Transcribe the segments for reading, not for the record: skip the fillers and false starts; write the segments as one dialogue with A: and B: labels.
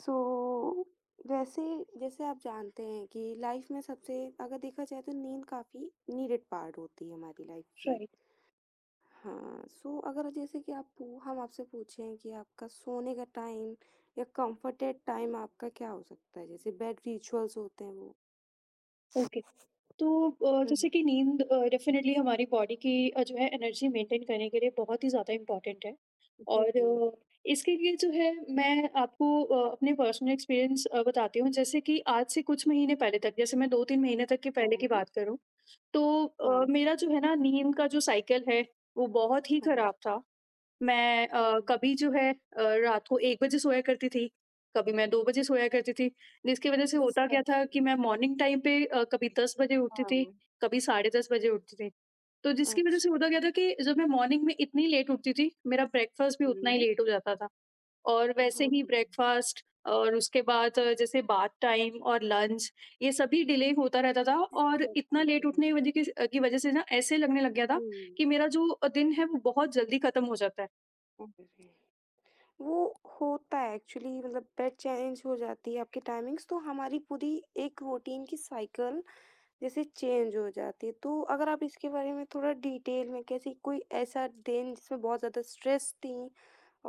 A: सो वैसे जैसे आप जानते हैं कि लाइफ में सबसे अगर देखा जाए तो नींद काफ़ी नीडेड पार्ट होती है हमारी लाइफ की।
B: राइट।
A: हाँ, सो अगर जैसे कि आप पू हम आपसे पूछें कि आपका सोने का टाइम या कंफर्टेड टाइम आपका क्या हो सकता है? जैसे बेड रिचुअल्स होते हैं वो?
B: ओके। तो जैसे
A: हुँ।
B: कि नींद डेफिनेटली हमारी बॉडी की जो है एनर्जी मेंटेन करने के लिए बहुत ही ज़्यादा इम्पॉर्टेंट है।
A: जी,
B: और
A: जी।
B: इसके लिए जो है मैं आपको अपने पर्सनल एक्सपीरियंस बताती हूँ। जैसे कि आज से कुछ महीने पहले तक, जैसे मैं दो तीन महीने तक के पहले की
A: हाँ,
B: बात करूँ तो
A: हाँ,
B: मेरा जो है ना नींद का जो साइकिल है वो बहुत ही
A: हाँ।
B: खराब था। मैं
A: हुँ,
B: कभी जो है रात को 1 बजे सोया करती थी, कभी मैं 2 बजे सोया करती थी। जिसकी वज़ह से होता क्या था कि
A: डिस्ट्रैक्शन।
B: मैं मॉर्निंग टाइम पे कभी 10 बजे उठती थी,
A: हाँ,
B: कभी साढ़े 10 बजे उठती थी। तो जिसकी वज़ह
A: अच्छा।
B: से होता क्या था कि जब मैं मॉर्निंग में इतनी लेट उठती थी, मेरा ब्रेकफ़ास्ट भी उतना ही
A: हुँ,
B: लेट हो जाता था। और वैसे
A: वो
B: ही
A: तो है।
B: ब्रेकफ़ास्ट और उसके बाद जैसे बाथ टाइम और लंच, ये सभी डिले होता रहता था। और
A: डिस्ट्रैक्ट
B: इतना लेट
A: होते
B: उठने की
A: हैं।
B: वजह की की वज़ह से ना ऐसे लगने लग गया था
A: हुँ,
B: कि मेरा जो दिन है वो बहुत जल्दी ख़त्म हो जाता है।
A: अरे! वो होता है एक्चुअली, मतलब बेड चेंज हो जाती है आपकी टाइमिंग्स तो हमारी पूरी एक रूटीन की साइकिल जैसे चेंज हो जाती है, तो अगर आप इसके बारे में थोड़ा डिटेल में कैसे कोई ऐसा दिन जिसमें बहुत ज़्यादा स्ट्रेस थी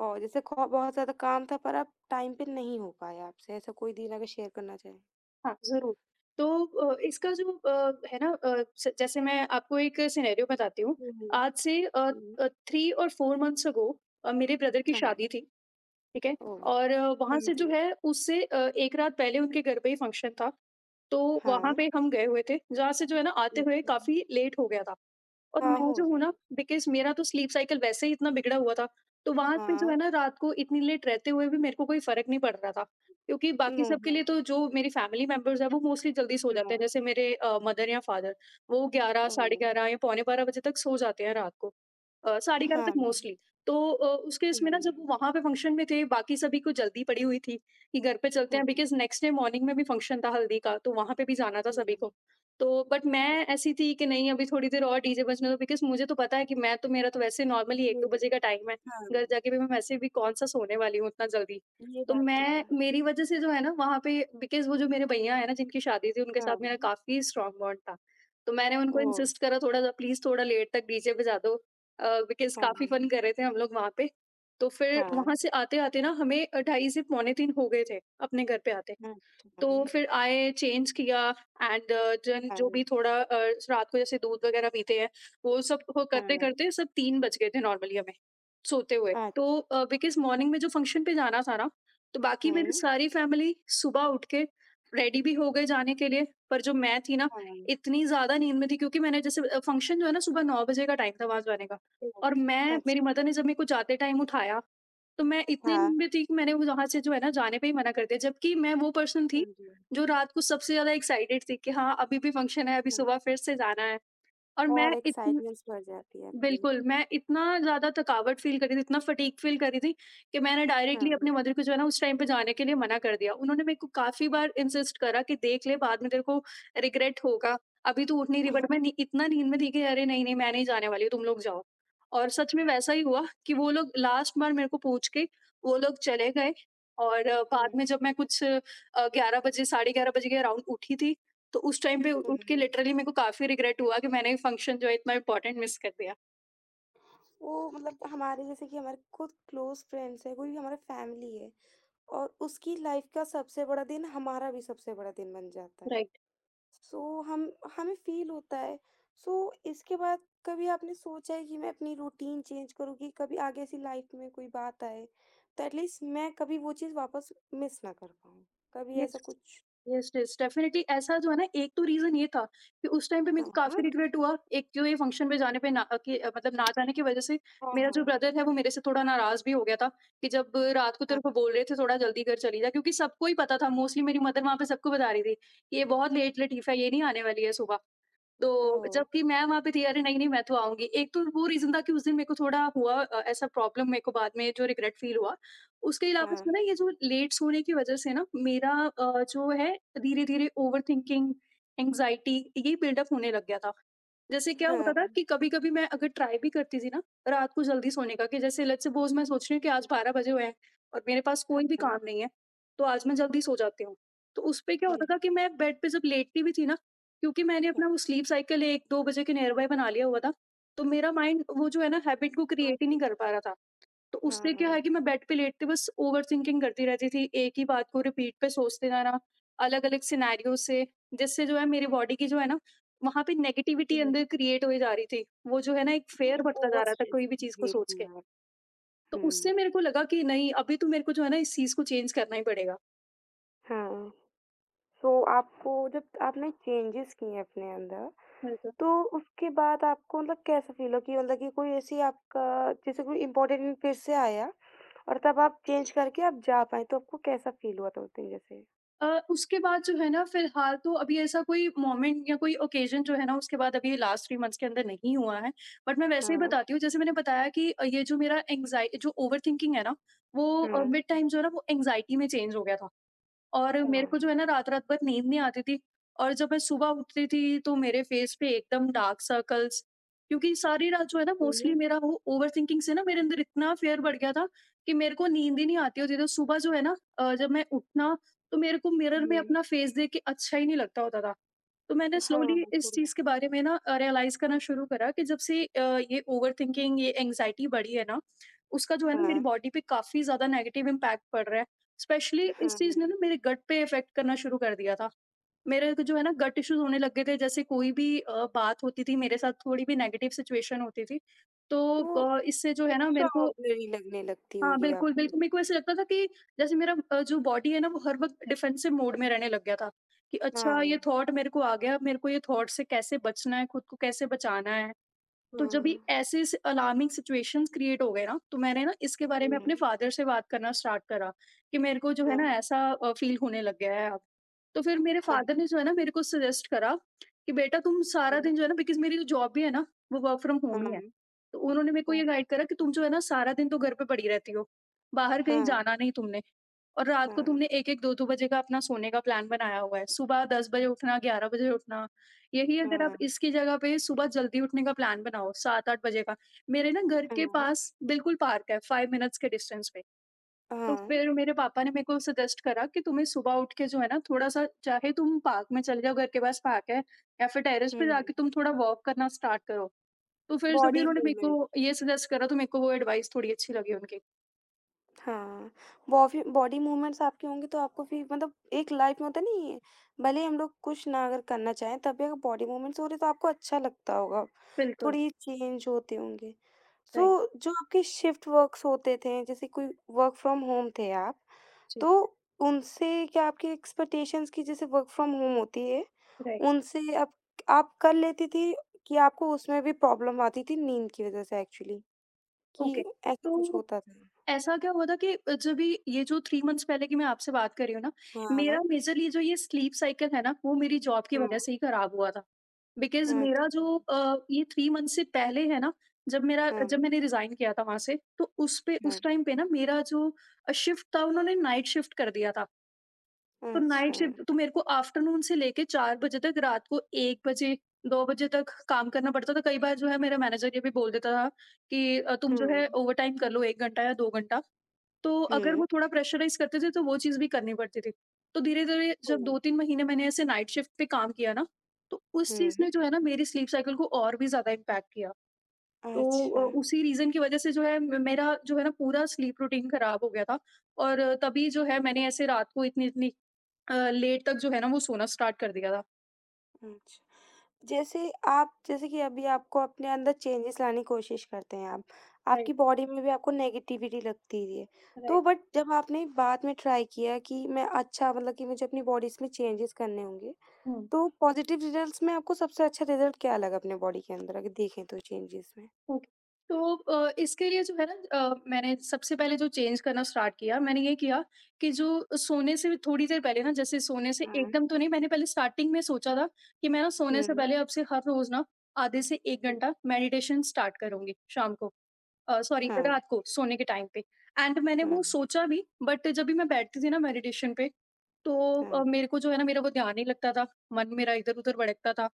A: और जैसे बहुत ज़्यादा काम था पर आप टाइम पे नहीं हो पाए, आपसे ऐसा कोई दिन अगर शेयर करना चाहें।
B: हाँ, ज़रूर। तो इसका जो अ, है ना अ, स जैसे मैं आपको एक सिनेरियो बताती हूँ।
A: हम्म।
B: आज से
A: हम्म,
B: 3 और 4 मंथ्स अगो मेरे ब्रदर की
A: हाँ।
B: शादी थी, ठीक है?
A: ओ।
B: और वहाँ
A: हाँ
B: से जो
A: जी।
B: है उससे 1 रात पहले उनके घर पे ही फंक्शन था। तो वहाँ
A: हाँ।
B: पे हम गए हुए थे, जहाँ से जो है ना आते हुए
A: अच्छा।
B: काफ़ी लेट हो गया था। और
A: हाँ,
B: मैं
A: हो
B: जो हूँ ना,
A: जाएगा।
B: बिकॉज़ मेरा तो स्लीप साइकिल वैसे ही इतना बिगड़ा हुआ था, तो वहाँ पे जो
A: हाँ।
B: है ना रात को इतनी लेट रहते हुए भी मेरे को कोई फ़र्क नहीं पड़ रहा था। क्योंकि बाकी
A: नो,
B: सबके
A: हाँ।
B: लिए तो जो मेरी फ़ैमिली मेंबर्स हैं वो मोस्टली जल्दी सो जाते हैं।
A: हाँ।
B: जैसे मेरे मदर या फादर वो 11,
A: ओ।
B: साढ़े 11 या पौने 12 बजे तक सो जाते हैं रात को। साढ़े 11
A: हाँ।
B: तक मोस्टली। तो उसके
A: हाँ।
B: इसमें ना, जब
A: हाँ।
B: वो वहाँ पे फ़ंक्शन में थे, बाकी सभी को जल्दी पड़ी हुई थी कि घर पे चलते हैं,
A: हाँ।
B: बिकॉज़ नेक्स्ट डे मॉर्निंग में भी फ़ंक्शन था हल्दी का, तो वहाँ पे भी जाना था सभी
A: हुँ।
B: को। तो बट मैं ऐसी थी कि नहीं, अभी थोड़ी देर और डीजे बजने दो, बिकॉज़ मुझे तो पता है कि मैं तो मेरा तो वैसे नॉर्मली
A: ये
B: 1-2
A: बात।
B: बजे का टाइम है।
A: हाँ।
B: घर जाके भी मैं वैसे भी कौन-सा सोने वाली हूँ उतना जल्दी।
A: ये
B: तो
A: बात तो है।
B: मैं मेरी वज़ह से जो है ना वहाँ पे, बिकॉज़ वो जो मेरे भैया हैं ना जिनकी शादी थी, उनके साथ
A: हाँ।
B: मेरा काफ़ी स्ट्रॉन्ग बॉन्ड था। तो मैंने उनको
A: ओह!
B: इंसिस्ट करा थोड़ा सा, प्लीज़ थोड़ा लेट तक डीजे बजा दो, बिकॉज़ काफ़ी
A: हाँ।
B: फन कर रहे थे हम लोग वहाँ पे। तो फिर
A: हाँ।
B: वहाँ से आते-आते ना हमें ढाई से पौने 3 हो गए थे अपने घर पे आते।
A: अच्छा।
B: तो फिर आए, चेंज किया एंड देन
A: हाँ।
B: जो भी थोड़ा रात को जैसे दूध वगैरह पीते हैं, वो सब वो
A: हाँ।
B: करते-करते सब 3 बज गए थे नॉर्मली हमें, सोते हुए।
A: अ,
B: तो बिकॉज़ मॉर्निंग में जो फंक्शन पे जाना था ना, तो बाकी मेरी
A: हुँ।
B: सारी फैमिली सुबह उठ के रेडी भी हो गए जाने के लिए, पर जो मैं थी ना,
A: हाँ।
B: इतनी ज़्यादा नींद में थी क्योंकि मैंने जैसे फंक्शन जो है ना सुबह 9 बजे का टाइम था वहाँ जाने का,
A: ओह!
B: और मैं
A: अच्छा।
B: मेरी मदर ने जब मेरे को जाते टाइम उठाया, तो मैं इतनी
A: हाँ।
B: नींद में थी कि मैंने वो वहाँ से जो है ना जाने पे ही मना कर दिया, जबकि मैं वो पर्सन थी
A: हाँ जी।
B: जो रात को सबसे ज़्यादा एक्साइटेड थी कि हाँ, अभी भी फंक्शन है, अभी सुबह
A: हाँ।
B: फिर से जाना है। और मैं
A: और
B: इतनी
A: एक्साइटमेंट्स बढ़ जाती है आपकी।
B: बिल्कुल, मैं इतना ज़्यादा थकावट फ़ील कर रही थी, इतना फटीग फ़ील कर रही थी कि मैंने डायरेक्टली
A: हाँ।
B: अपनी मदर को जो है ना उस टाइम पे जाने के लिए मना कर दिया। उन्होंने मेरे को काफ़ी बार इंसिस्ट करा कि देख ले बाद में तेरे को रिग्रेट होगा, अभी तू उठ नहीं रही, बट मैं नी इतना नींद में थी कि अरे नहीं, नहीं मैं नहीं जाने वाली हूँ, तुम लोग जाओ। और सच में वैसा ही हुआ कि वो लोग लास्ट बार मेरे को पूछ के वो लोग चले गए। और बाद में
A: हुँ।
B: जब मैं कुछ 11 बजे, साढ़े 11 बजे के अराउंड उठी थी, तो उस टाइम पे उठ के
A: हुँ।
B: लिटरली मेरे को काफ़ी रिग्रेट हुआ कि मैंने फंक्शन जो है इतना इम्पोर्टेंट मिस कर दिया।
A: वो मतलब हमारे, जैसे कि हमारे खुद क्लोज़ फ्रेंड्स हैं, कोई भी हमारा फैमिली है और उसकी लाइफ़ का सबसे बड़ा दिन हमारा भी सबसे बड़ा दिन बन जाता है।
B: राइट।
A: सो हम हमें फ़ील होता है। सो इसके बाद कभी आपने सोचा है कि मैं अपनी रूटीन चेंज करूँ कि कभी आगे ऐसी लाइफ़ में कोई बात आए, तो एटलीस्ट मैं कभी वो चीज़ वापस मिस ना कर पाऊँ? कभी
B: यस।
A: ऐसा कुछ।
B: यस डेफिनेटली ऐसा जो है ना, एक तो रीजन ये था कि उस टाइम पे मेरे को
A: हाँ,
B: काफी
A: हाँ।
B: रिग्रेट हुआ, एक जो ये फंक्शन पे जाने पे ना कि मतलब ना जाने की वजह से
A: हाँ,
B: मेरा जो
A: हाँ।
B: ब्रदर है वो मेरे से थोड़ा नाराज भी हो गया था कि जब रात को
A: हाँ,
B: तेरे को बोल रहे थे थोड़ा जल्दी घर चली जा, क्योंकि सबको ही पता था, मोस्टली मेरी मदर वहां पे सबको बता रही थी कि ये बहुत लेट लटीफ है, ये नहीं आने वाली है सुबह, तो
A: ओह!
B: जबकि मैं वहाँ पे थी अरे नहीं, नहीं मैं तो आऊँगी। एक तो वो रीज़न था कि उस दिन मेरे को थोड़ा हुआ ऐसा प्रॉब्लम मेरे को बाद में जो रिग्रेट फ़ील हुआ। उसके अलावा
A: हाँ,
B: जो है ना, ये जो लेट सोने की वज़ह से ना मेरा जो है धीरे-धीरे ओवरथिंकिंग, एंग्ज़ायटी ये बिल्डअप होने लग गया था। जैसे क्या होता था
A: हाँ,
B: कि कभी-कभी मैं अगर ट्राई भी करती थी ना रात को जल्दी सोने का, कि जैसे लेट्स सपोज़ मैं सोच रही हूँ कि आज 12 बजे हुए हैं और मेरे पास कोई भी
A: हाँ।
B: काम नहीं है, तो आज मैं जल्दी सो जाती हूँ। तो उस पे क्या होता
A: ये।
B: था कि मैं बेड पे जब लेटती भी थी ना, क्योंकि मैंने
A: हाँ,
B: अपना वो स्लीप साइकिल 1-2 बजे के नियर बाय बना लिया हुआ था, तो मेरा माइंड वो जो है ना हैबिट को क्रिएट ही
A: वही।
B: नहीं कर पा रहा था। तो
A: हाँ,
B: उससे क्या
A: हाँ।
B: है कि मैं बेड पे लेटते बस ओवरथिंकिंग करती रहती थी, एक ही बात को रिपीट पे सोचते जाना, अलग-अलग सिनेरियो से, जिससे जो है मेरी बॉडी की जो है ना वहाँ पे नेगेटिविटी
A: हुँ,
B: अंदर क्रिएट होई जा रही थी। वो जो है ना एक
A: हुँ,
B: फ़ेयर बढ़ता जा
A: ओवर
B: रहा था
A: स्ट्रेस।
B: कोई भी चीज़ को सोच के। तो
A: हुँ,
B: उससे मेरे को लगा कि नहीं, अभी तो मेरे को जो है ना इस चीज़ को चेंज करना ही पड़ेगा।
A: हाँ। सो आपको जब आपने चेंजेज़ किए अपने अंदर, तो उसके बाद आपको मतलब कैसा फ़ील हुआ कि मतलब कि कोई ऐसी आपका जैसे कोई इम्पोर्टेंट फिर से आया और तब आप चेंज करके आप जा पाएँ, तो आपको कैसा फ़ील हुआ था उस दिन जैसे?
B: उसके बाद जो है ना फिलहाल तो अभी ऐसा कोई मोमेंट या कोई ओकेजन जो है ना उसके बाद अभी लास्ट थ्री मंथ्स के अंदर नहीं हुआ है। बट मैं वैसे ही
A: हाँ,
B: बताती हूँ जैसे मैंने बताया कि ये जो मेरा एंग्ज़ाय जो ओवरथिंकिंग है ना वो
A: हाँ,
B: मिड टाइम जो है ना वो एंग्ज़ायटी में चेंज हो गया था। और मेरे को
A: हाँ।
B: जो है ना रात-रात भर नींद नहीं आती थी, और जब मैं सुबह उठती थी तो मेरे फेस पे एकदम डार्क सर्कल्स, क्योंकि सारी रात जो है ना
A: हुँ,
B: मोस्टली मेरा वो ओवरथिंकिंग से ना मेरे अंदर इतना फेयर बढ़ गया था कि मेरे को नींद ही नहीं आती होती, तो सुबह जो है ना जब मैं उठना, तो मेरे को मिरर
A: हुँ।
B: में अपना फेस देख के अच्छा ही नहीं लगता होता था। तो मैंने स्लोली
A: हाँ,
B: इस
A: थोड़ा।
B: चीज़ के बारे में ना रियलाइज़ करना शुरू करा कि जब से ये ओवरथिंकिंग, ये एंग्ज़ायटी बढ़ी है ना, उसका जो है ना मेरी
A: हाँ,
B: बॉडी पे काफ़ी ज़्यादा नेगेटिव इम्पैक्ट पड़ रहा है। स्पेशली इस
A: हाँ।
B: चीज़ ने ना मेरे गट पे इफ़ेक्ट करना शुरू कर दिया था। मेरे को जो है ना गट इश्यूज़ होने लग गए थे। जैसे कोई भी बात होती थी मेरे साथ, थोड़ी भी नेगेटिव सिचुएशन होती थी, तो
A: तो
B: इससे जो है ना
A: एक्स्ट्रा
B: मेरे को
A: ऑर्डिनरी लगने लगती
B: हाँ,
A: होगी
B: बिल्कुल,
A: आपको।
B: बिल्कुल, मेरे को ऐसे लगता था कि जैसे मेरा जो बॉडी है ना वो हर वक़्त डिफेंसिव मोड में रहने लग गया था कि अच्छा,
A: हाँ,
B: ये थॉट मेरे को आ गया, अब मेरे को ये थॉट से कैसे बचना है, खुद को कैसे बचाना है। तो जब ये
A: हाँ।
B: ऐसे स अलार्मिंग सिचुएशंस क्रिएट हो गए ना, तो मैंने ना इसके बारे में
A: हुँ,
B: अपने फ़ादर से बात करना स्टार्ट करा कि मेरे को जो है
A: हाँ,
B: ना ऐसा फ़ील होने लग गया है अब। तो फिर मेरे
A: हाँ,
B: फ़ादर ने जो है ना मेरे को सजेस्ट करा कि बेटा तुम सारा
A: हुँ,
B: दिन जो है ना, बिकॉज़ मेरी जो जॉब भी है ना, वो वर्क फ्रॉम होम ही है।
A: हाँ,
B: तो उन्होंने मेरे को
A: ओह!
B: ये गाइड करा कि तुम जो है ना सारा दिन तो घर पे पड़ी रहती हो, बाहर कहीं
A: हाँ,
B: जाना नहीं तुमने, और रात को
A: हाँ,
B: तुमने 1-1, 2-2 बजे का अपना सोने का प्लान बनाया हुआ है। सुबह 10 बजे उठना, 11 बजे उठना, यही अगर आप
A: हाँ,
B: इसकी जगह पे सुबह जल्दी उठने का प्लान बनाओ 7-8 बजे का। मेरे ना घर के
A: हाँ,
B: पास बिल्कुल पार्क है 5 मिनट्स के डिस्टेंस पे। तो
A: हाँ,
B: फिर मेरे पापा ने मेरे को सजेस्ट करा कि तुम्हें सुबह उठ के जो है ना थोड़ा-सा चाहे तुम पार्क में चले जाओ, घर के पास पार्क है या फिर टेरेस
A: हुँ,
B: पे जाके तुम थोड़ा वॉक करना स्टार्ट करो। तो फिर जब भी
A: बॉडी
B: उन्होंने मेरे
A: मूवमेंट।
B: को ये सजेस्ट करा तो मेरे को वो एडवाइस थोड़ी अच्छी लगी उनकी।
A: हाँ, बॉफी बॉडी मूवमेंट्स आपके होंगे तो आपको भी मतलब एक लाइफ में होता नहीं है, भले ही हम लोग कुछ ना अगर करना चाहें तब भी अगर बॉडी मूवमेंट्स हो रहे तो आपको अच्छा लगता होगा,
B: बिल्कुल,
A: थोड़ी चेंज होते होंगे।
B: राइट,
A: सो जो आपके शिफ्ट वर्क्स होते थे, जैसे कोई वर्क फ्रॉम होम थे आप,
B: जी,
A: तो उनसे क्या आपकी एक्सपेक्टेशंस की जैसे वर्क फ्रॉम होम होती है,
B: राइट,
A: उनसे आप कर लेती थी कि आपको उसमें भी प्रॉब्लम आती थी नींद की वज़ह से एक्चुअली, कि
B: ओके।
A: ऐसा कुछ
B: तो
A: होता था?
B: ऐसा क्या हुआ था कि जब ये जो 3 मंथ्स पहले की मैं आपसे बात कर रही हूँ ना,
A: हाँ,
B: मेरा मेजरली जो ये स्लीप साइकिल है ना, वो मेरी जॉब की वजह
A: हाँ।
B: से ही खराब हुआ था। बिकॉज़ मेरा जो
A: अच्छा,
B: ये 3 मंथ से पहले है ना, जब मेरा
A: हाँ,
B: जब मैंने रिज़ाइन किया था वहाँ से, तो उस पे
A: हाँ,
B: उस टाइम पे ना मेरा जो शिफ्ट था उन्होंने नाइट शिफ्ट कर दिया था।
A: हाँ,
B: तो
A: अच्छा,
B: नाइट
A: हाँ,
B: शिफ्ट तो मेरे को आफ्टरनून से लेके 4 बजे तक रात को 1 बजे, 2 बजे तक काम करना पड़ता था। कई बार जो है मेरा मैनेजर ये भी बोल देता था कि तुम जो
A: हुँ,
B: है ओवरटाइम कर लो 1 घंटा या 2 घंटा। तो अगर वो थोड़ा प्रेशराइज़ करते थे तो वो चीज़ भी करनी पड़ती थी। तो धीरे-धीरे
A: हुँ।
B: जब 2-3 महीने मैंने ऐसे नाइट शिफ्ट पे काम किया ना, तो उस चीज़ ने
A: हुँ,
B: जो है ना मेरी स्लीप साइकिल को और भी ज़्यादा इम्पैक्ट किया। तो
A: अच्छा।
B: उसी रीज़न की वज़ह से जो है म मेरा जो है ना पूरा स्लीप रूटीन खराब हो गया था और तभी जो है
A: हुँ।
B: मैंने ऐसे रात को इतनी-इतनी लेट तक जो है ना वो सोना स्टार्ट कर दिया था।
A: अच्छा, जैसे आप जैसे कि अभी आपको अपने अंदर चेंजेस लाने की कोशिश करते हैं आप, आपकी
B: राइट,
A: बॉडी में भी आपको नेगेटिविटी लगती है, तो
B: राइट।
A: बट जब आपने बाद में ट्राई किया कि मैं अच्छा मतलब कि मुझे अपनी बॉडी इसमें चेंजेस करने होंगे,
B: हुँ।
A: तो पॉज़िटिव रिजल्ट्स में आपको सबसे अच्छा रिज़ल्ट क्या लगा अपने बॉडी के अंदर अगर देखें तो चेंजेस में?
B: ओके। तो इसके लिए जो है ना मैंने सबसे पहले जो चेंज करना स्टार्ट किया मैंने ये किया कि जो सोने से थोड़ी देर पहले ना, जैसे सोने से
A: हाँ,
B: एकदम तो नहीं, मैंने पहले स्टार्टिंग में सोचा था कि मैं ना सोने से
A: हुँ,
B: पहले अब से हर रोज ना आधे से एक
A: हुँ,
B: घंटा मेडिटेशन स्टार्ट करूंगी शाम को, सॉरी
A: हाँ,
B: रात को सोने के टाइम पे। एंड मैंने
A: हाँ,
B: वो सोचा भी, बट जब भी मैं बैठती थी ना मेडिटेशन पे, तो
A: हाँ,
B: मेरे को जो है ना मेरा वो ध्यान नहीं लगता था, मन मेरा इधर उधर भटकता था।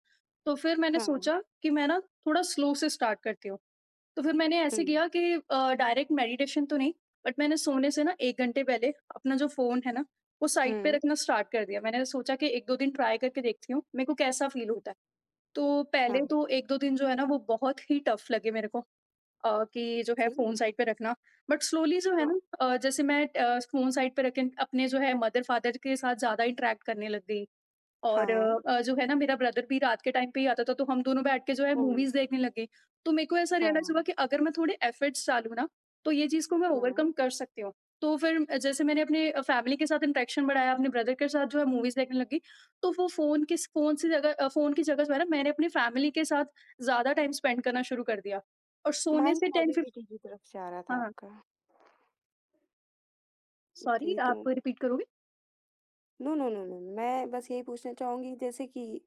B: तो फिर मैंने
A: हाँ।
B: सोचा कि मैं ना थोड़ा स्लो से स्टार्ट करती हूँ। तो फिर मैंने
A: हुँ।
B: ऐसे किया कि डायरेक्ट मेडिटेशन तो नहीं, बट मैंने सोने से ना 1 घंटे पहले अपना जो फ़ोन है ना, वो साइड पे
A: हुँ।
B: रखना स्टार्ट कर दिया। मैंने सोचा कि 1-2 दिन ट्राई करके देखती हूँ, मेरे को कैसा फ़ील
A: हुँ।
B: होता है। तो
A: हाँ,
B: पहले तो 1-2 दिन जो है ना, वो बहुत ही टफ़ लगे मेरे को कि जो है
A: जी।
B: फ़ोन साइड पे रखना। बट स्लोली जो है
A: हाँ।
B: ना जैसे मैं फ़ोन साइड पे रख के अपने जो है मदर-फ़ादर के साथ ज़्यादा इंटरैक्ट करने लग गई। और
A: हाँ।
B: जो है ना मेरा ब्रदर भी रात के टाइम पे ही आता था, तो हम दोनों बैठ के जो है
A: हुँ।
B: मूवीज़ देखने लग गए। तो मेरे को ऐसा रियलाइज़ हुआ
A: हाँ,
B: कि अगर मैं थोड़े एफर्ट्स डालूँ ना, तो ये चीज़ को मैं
A: हाँ।
B: ओवरकम कर सकती हूँ। तो फिर जैसे मैंने अपने फैमिली के साथ इंटरेक्शन बढ़ाया, अपने ब्रदर के साथ जो है मूवीज़ देखने लग गई, तो वो फ़ोन किस फ़ोन से जगह अ, फ़ोन की जगह जो है ना मैंने अपनी फैमिली के साथ ज़्यादा टाइम स्पेंड करना शुरू कर दिया। और सोने
A: माइंड
B: से 10 फिफ
A: पॉज़िटिविटी की तरफ से आ रहा था
B: हाँ, हाँ।
A: आपका।
B: सॉरी
A: जी, तो
B: आप रिपीट करोगे?
A: नो, नो, नो, नो, मैं बस यही पूछना चाहूँगी जैसे कि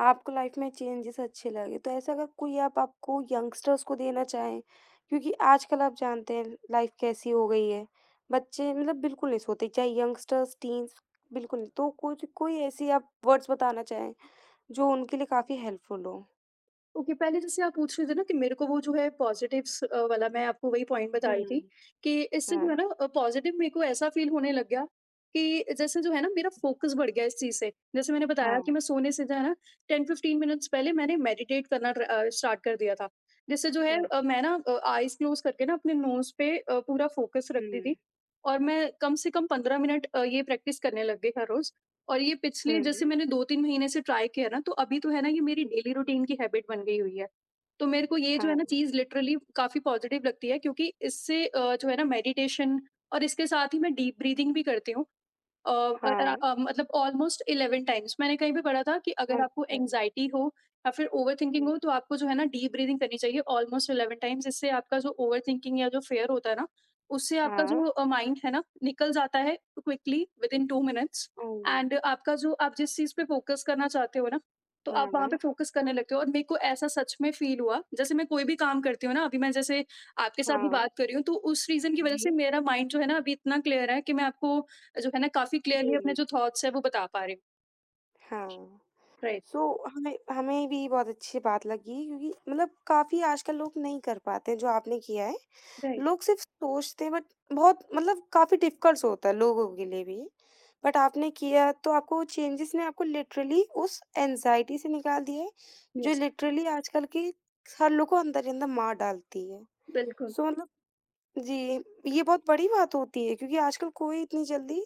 A: आपको लाइफ़ में चेंजेज़ अच्छे लगे, तो ऐसा अगर कोई आप आपको यंगस्टर्स को देना चाहें? क्योंकि आजकल आप जानते हैं लाइफ़ कैसी हो गई है, बच्चे मतलब बिल्कुल नहीं सोते, चाहे यंगस्टर्स, टीन्स बिल्कुल नहीं, तो कुछ कोई ऐसी आप वर्ड्स बताना चाहें, जो उनके लिए काफ़ी हेल्पफुल हो?
B: ओके, पहले जैसे आप पूछ रहे थे ना कि मेरे को वो जो है पॉज़िटिव्स वाला, मैं आपको वही पॉइंट बता रही थी
A: हुँ।
B: कि इससे जो
A: हाँ।
B: है ना पॉज़िटिव मेरे को ऐसा फ़ील होने लग गया कि जैसे जो है ना मेरा फ़ोकस बढ़ गया इस चीज़ से। जैसे मैंने बताया
A: हाँ,
B: कि मैं सोने से जो है ना 10-15 मिनट्स पहले मैंने मेडिटेट करना स्टार्ट कर दिया था। जिससे जो है
A: हुँ,
B: मैं ना आइज़ क्लोज़ करके ना अपने नोज़ पे पूरा फ़ोकस रखती
A: हुँ,
B: थी, और मैं कम से कम 15 मिनट ये प्रैक्टिस करने लग गई हर रोज़। और ये पिछले
A: हुँ।
B: जैसे मैंने 2-3 महीने से ट्राई किया ना, तो अभी तो है ना ये मेरी डेली रूटीन की हैबिट बन गई हुई है। तो मेरे को ये जो है
A: हाँ,
B: ना चीज़ लिटरली काफ़ी पॉज़िटिव लगती है, क्योंकि इससे जो है ना मेडिटेशन, और इसके साथ ही मैं डीप ब्रीथिंग भी करती हूँ। अ
A: हाँ,
B: मतलब ऑलमोस्ट 11 टाइम्स मैंने कहीं पे पढ़ा था कि अगर आपको
A: अच्छा,
B: एंग्ज़ायटी हो या फिर ओवरथिंकिंग
A: हुँ,
B: हो तो आपको जो है ना डीप ब्रीथिंग करनी चाहिए ऑलमोस्ट 11 टाइम्स। इससे आपका जो ओवरथिंकिंग या जो फ़ियर होता है ना, उससे आपका
A: हाँ,
B: जो माइंड है ना निकल जाता है quickly within 2 minutes.
A: Oh!
B: And आपका जो, आप जिस चीज़ पे फ़ोकस करना चाहते हो ना, तो
A: हाँ,
B: आप वहाँ पे फ़ोकस करने लगते हो। और मेरे को ऐसा सच में फ़ील हुआ, जैसे मैं कोई भी काम करती हूँ ना, अभी मैं जैसे आपके साथ भी
A: हाँ,
B: बात कर रही हूँ, तो उस रीज़न की
A: जी,
B: वज़ह से मेरा माइंड जो है ना अभी इतना क्लियर है कि मैं आपको जो है ना काफ़ी
A: जी,
B: क्लियरली अपने
A: जी।
B: जो थॉट्स हैं वो बता पा रही हूँ।
A: हाँ।
B: राइट,
A: सो हमें हमें भी बहुत अच्छी बात लगी क्योंकि मतलब काफ़ी आजकल लोग नहीं कर पाते हैं जो आपने किया है।
B: राइट,
A: लोग सिर्फ़ सोचते हैं बट बहुत मतलब काफ़ी डिफ़िकल्ट होता है लोगों के लिए भी। बट आपने किया तो आपको चेंजेस ने आपको लिटरली उस एंग्ज़ायटी से निकाल दिया है, जो
B: यस,
A: लिटरली आजकल के हर लोग को अंदर ही अंदर मार डालती है।
B: बिल्कुल।
A: सो मतलब जी, ये बहुत बड़ी बात होती है क्योंकि आजकल कोई इतनी जल्दी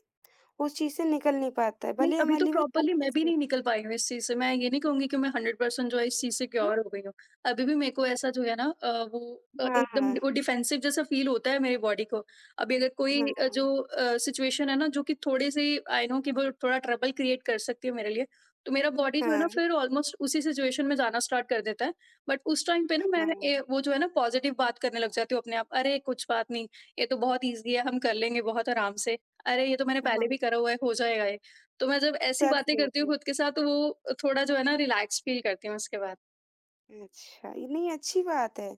A: उस चीज़ से निकल नहीं पाता है,
B: नहीं,
A: भले
B: अभी
A: हमारे
B: तो
A: लिए वो
B: प्रॉपरली
A: छोटा
B: मैं भी
A: स्टेप
B: नहीं निकल
A: होता है।
B: पाई हूँ इस चीज़ से। मैं ये नहीं कहूँगी कि मैं 100% जो है इस चीज़ से क्योर हो गई हूँ। अभी भी मेरे को ऐसा जो है ना वो
A: हाँ।
B: एकदम वो
A: हाँ।
B: डिफेंसिव जैसा फ़ील होता है मेरी बॉडी को। अभी अगर कोई
A: हाँ, हाँ,
B: जो सिचुएशन है ना जो कि थोड़ी-सी आई नो कि वो थोड़ा ट्रबल क्रिएट कर सकती है मेरे लिए, तो मेरा बॉडी जो है ना फिर ऑलमोस्ट उसी सिचुएशन में जाना स्टार्ट कर देता है। बट उस टाइम पे ना मैं
A: हाँ,
B: वो जो है ना पॉज़िटिव बात करने लग जाती हूँ अपने आप। अरे कुछ बात नहीं, ये तो बहुत ईज़ी है, हम कर लेंगे बहुत आराम से। अरे ये तो मैंने
A: हाँ,
B: पहले भी करा हुआ है, हो जाएगा ये। तो मैं जब ऐसी
A: सेल्फ
B: बातें करती हूँ
A: मोटिव,
B: खुद के साथ तो वो थोड़ा जो है ना रिलैक्स फ़ील करती हूँ उसके बाद।
A: अच्छा, ये नहीं अच्छी बात है।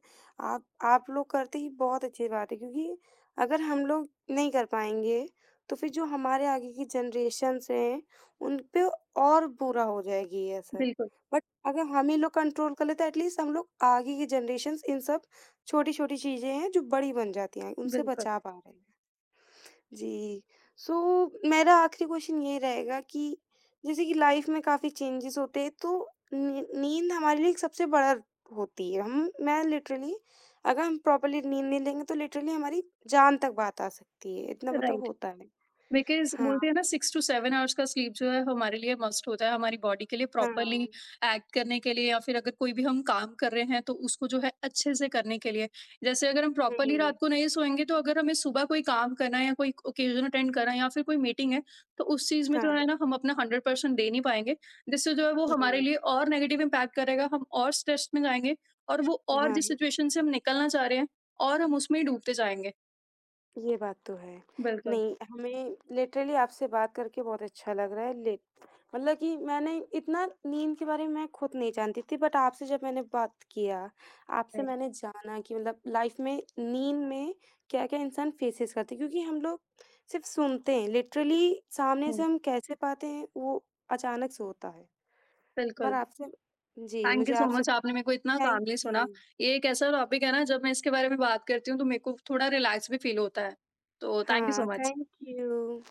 A: आप लोग करते ही बहुत अच्छी बात है क्योंकि अगर हम लोग नहीं कर पाएँगे, तो फिर जो हमारे आगे की जनरेशन्स हैं, उन पे और बुरा हो जाएगी ये असर।
B: बिल्कुल,
A: बट अगर हम ही लोग कंट्रोल कर लें तो एटलीस्ट हम लोग आगे की जनरेशन्स इन सब छोटी-छोटी चीज़ें हैं जो बड़ी बन जाती हैं, उनसे
B: बिल्कुल।
A: बचा पा रहे हैं। जी। सो मेरा आखिरी क्वेश्चन ये रहेगा कि जैसे कि लाइफ में काफ़ी चेंजेस होते हैं, तो नी नींद हमारे लिए एक सबसे बड़ा होती है। हम मैं लिटरली अगर हम प्रॉपर्ली नींद नहीं लेंगे तो लिटरली हमारी जान तक बात आ सकती है। इतना मतलब
B: राइट।
A: होता है।
B: बिकॉज़
A: हाँ,
B: बोलते हैं ना 6 टू 7 आवर्स का स्लीप जो है हमारे लिए मस्ट होता है, हमारी बॉडी के लिए प्रॉपरली
A: हाँ।
B: एक्ट करने के लिए, या फिर अगर कोई भी हम काम कर रहे हैं तो उसको जो है अच्छे से करने के लिए। जैसे अगर हम प्रॉपरली
A: हुँ,
B: रात को नहीं सोएँगे तो अगर हमें सुबह कोई काम करना है, या कोई ओकेज़न अटेंड करना है, या फिर कोई मीटिंग है, तो उस चीज़ में
A: हाँ,
B: जो है ना हम अपना 100% दे नहीं पाएँगे। जिससे जो है वो हमारे
A: जी,
B: लिए और नेगेटिव इम्पैक्ट करेगा, हम और स्ट्रेस में जाएँगे, और वो, और
A: हाँ।
B: जिस सिचुएशन से हम निकलना चाह रहे हैं, और हम उसमें ही डूबते जाएँगे।
A: ये बात तो है।
B: बिल्कुल,
A: नहीं, हमें लिटरली आपसे बात करके बहुत अच्छा लग रहा है, लिट मतलब कि मैंने इतना नींद के बारे में मैं खुद नहीं जानती थी बट आपसे जब मैंने बात किया, आपसे
B: सही।
A: मैंने जाना कि मतलब लाइफ़ में नींद में क्या-क्या इंसान फेसेस करते हैं क्योंकि हम लोग सिर्फ़ सुनते हैं, लिटरली सामने से
B: हुँ,
A: हम कैसे पाते हैं वो अचानक से होता है। पर
B: बिल्कुल।
A: आपसे जी,
B: थैंक
A: मुझे
B: यू सो
A: आपसे
B: मच आपने मेरे को इतना
A: थैंक
B: कामली सुना।
A: यू।
B: ये एक ऐसा टॉपिक है ना जब मैं इसके बारे में बात करती हूँ तो मेरे को थोड़ा रिलैक्स भी फील होता है। तो थैंक यू
A: हाँ,
B: सो मच।
A: Thank you.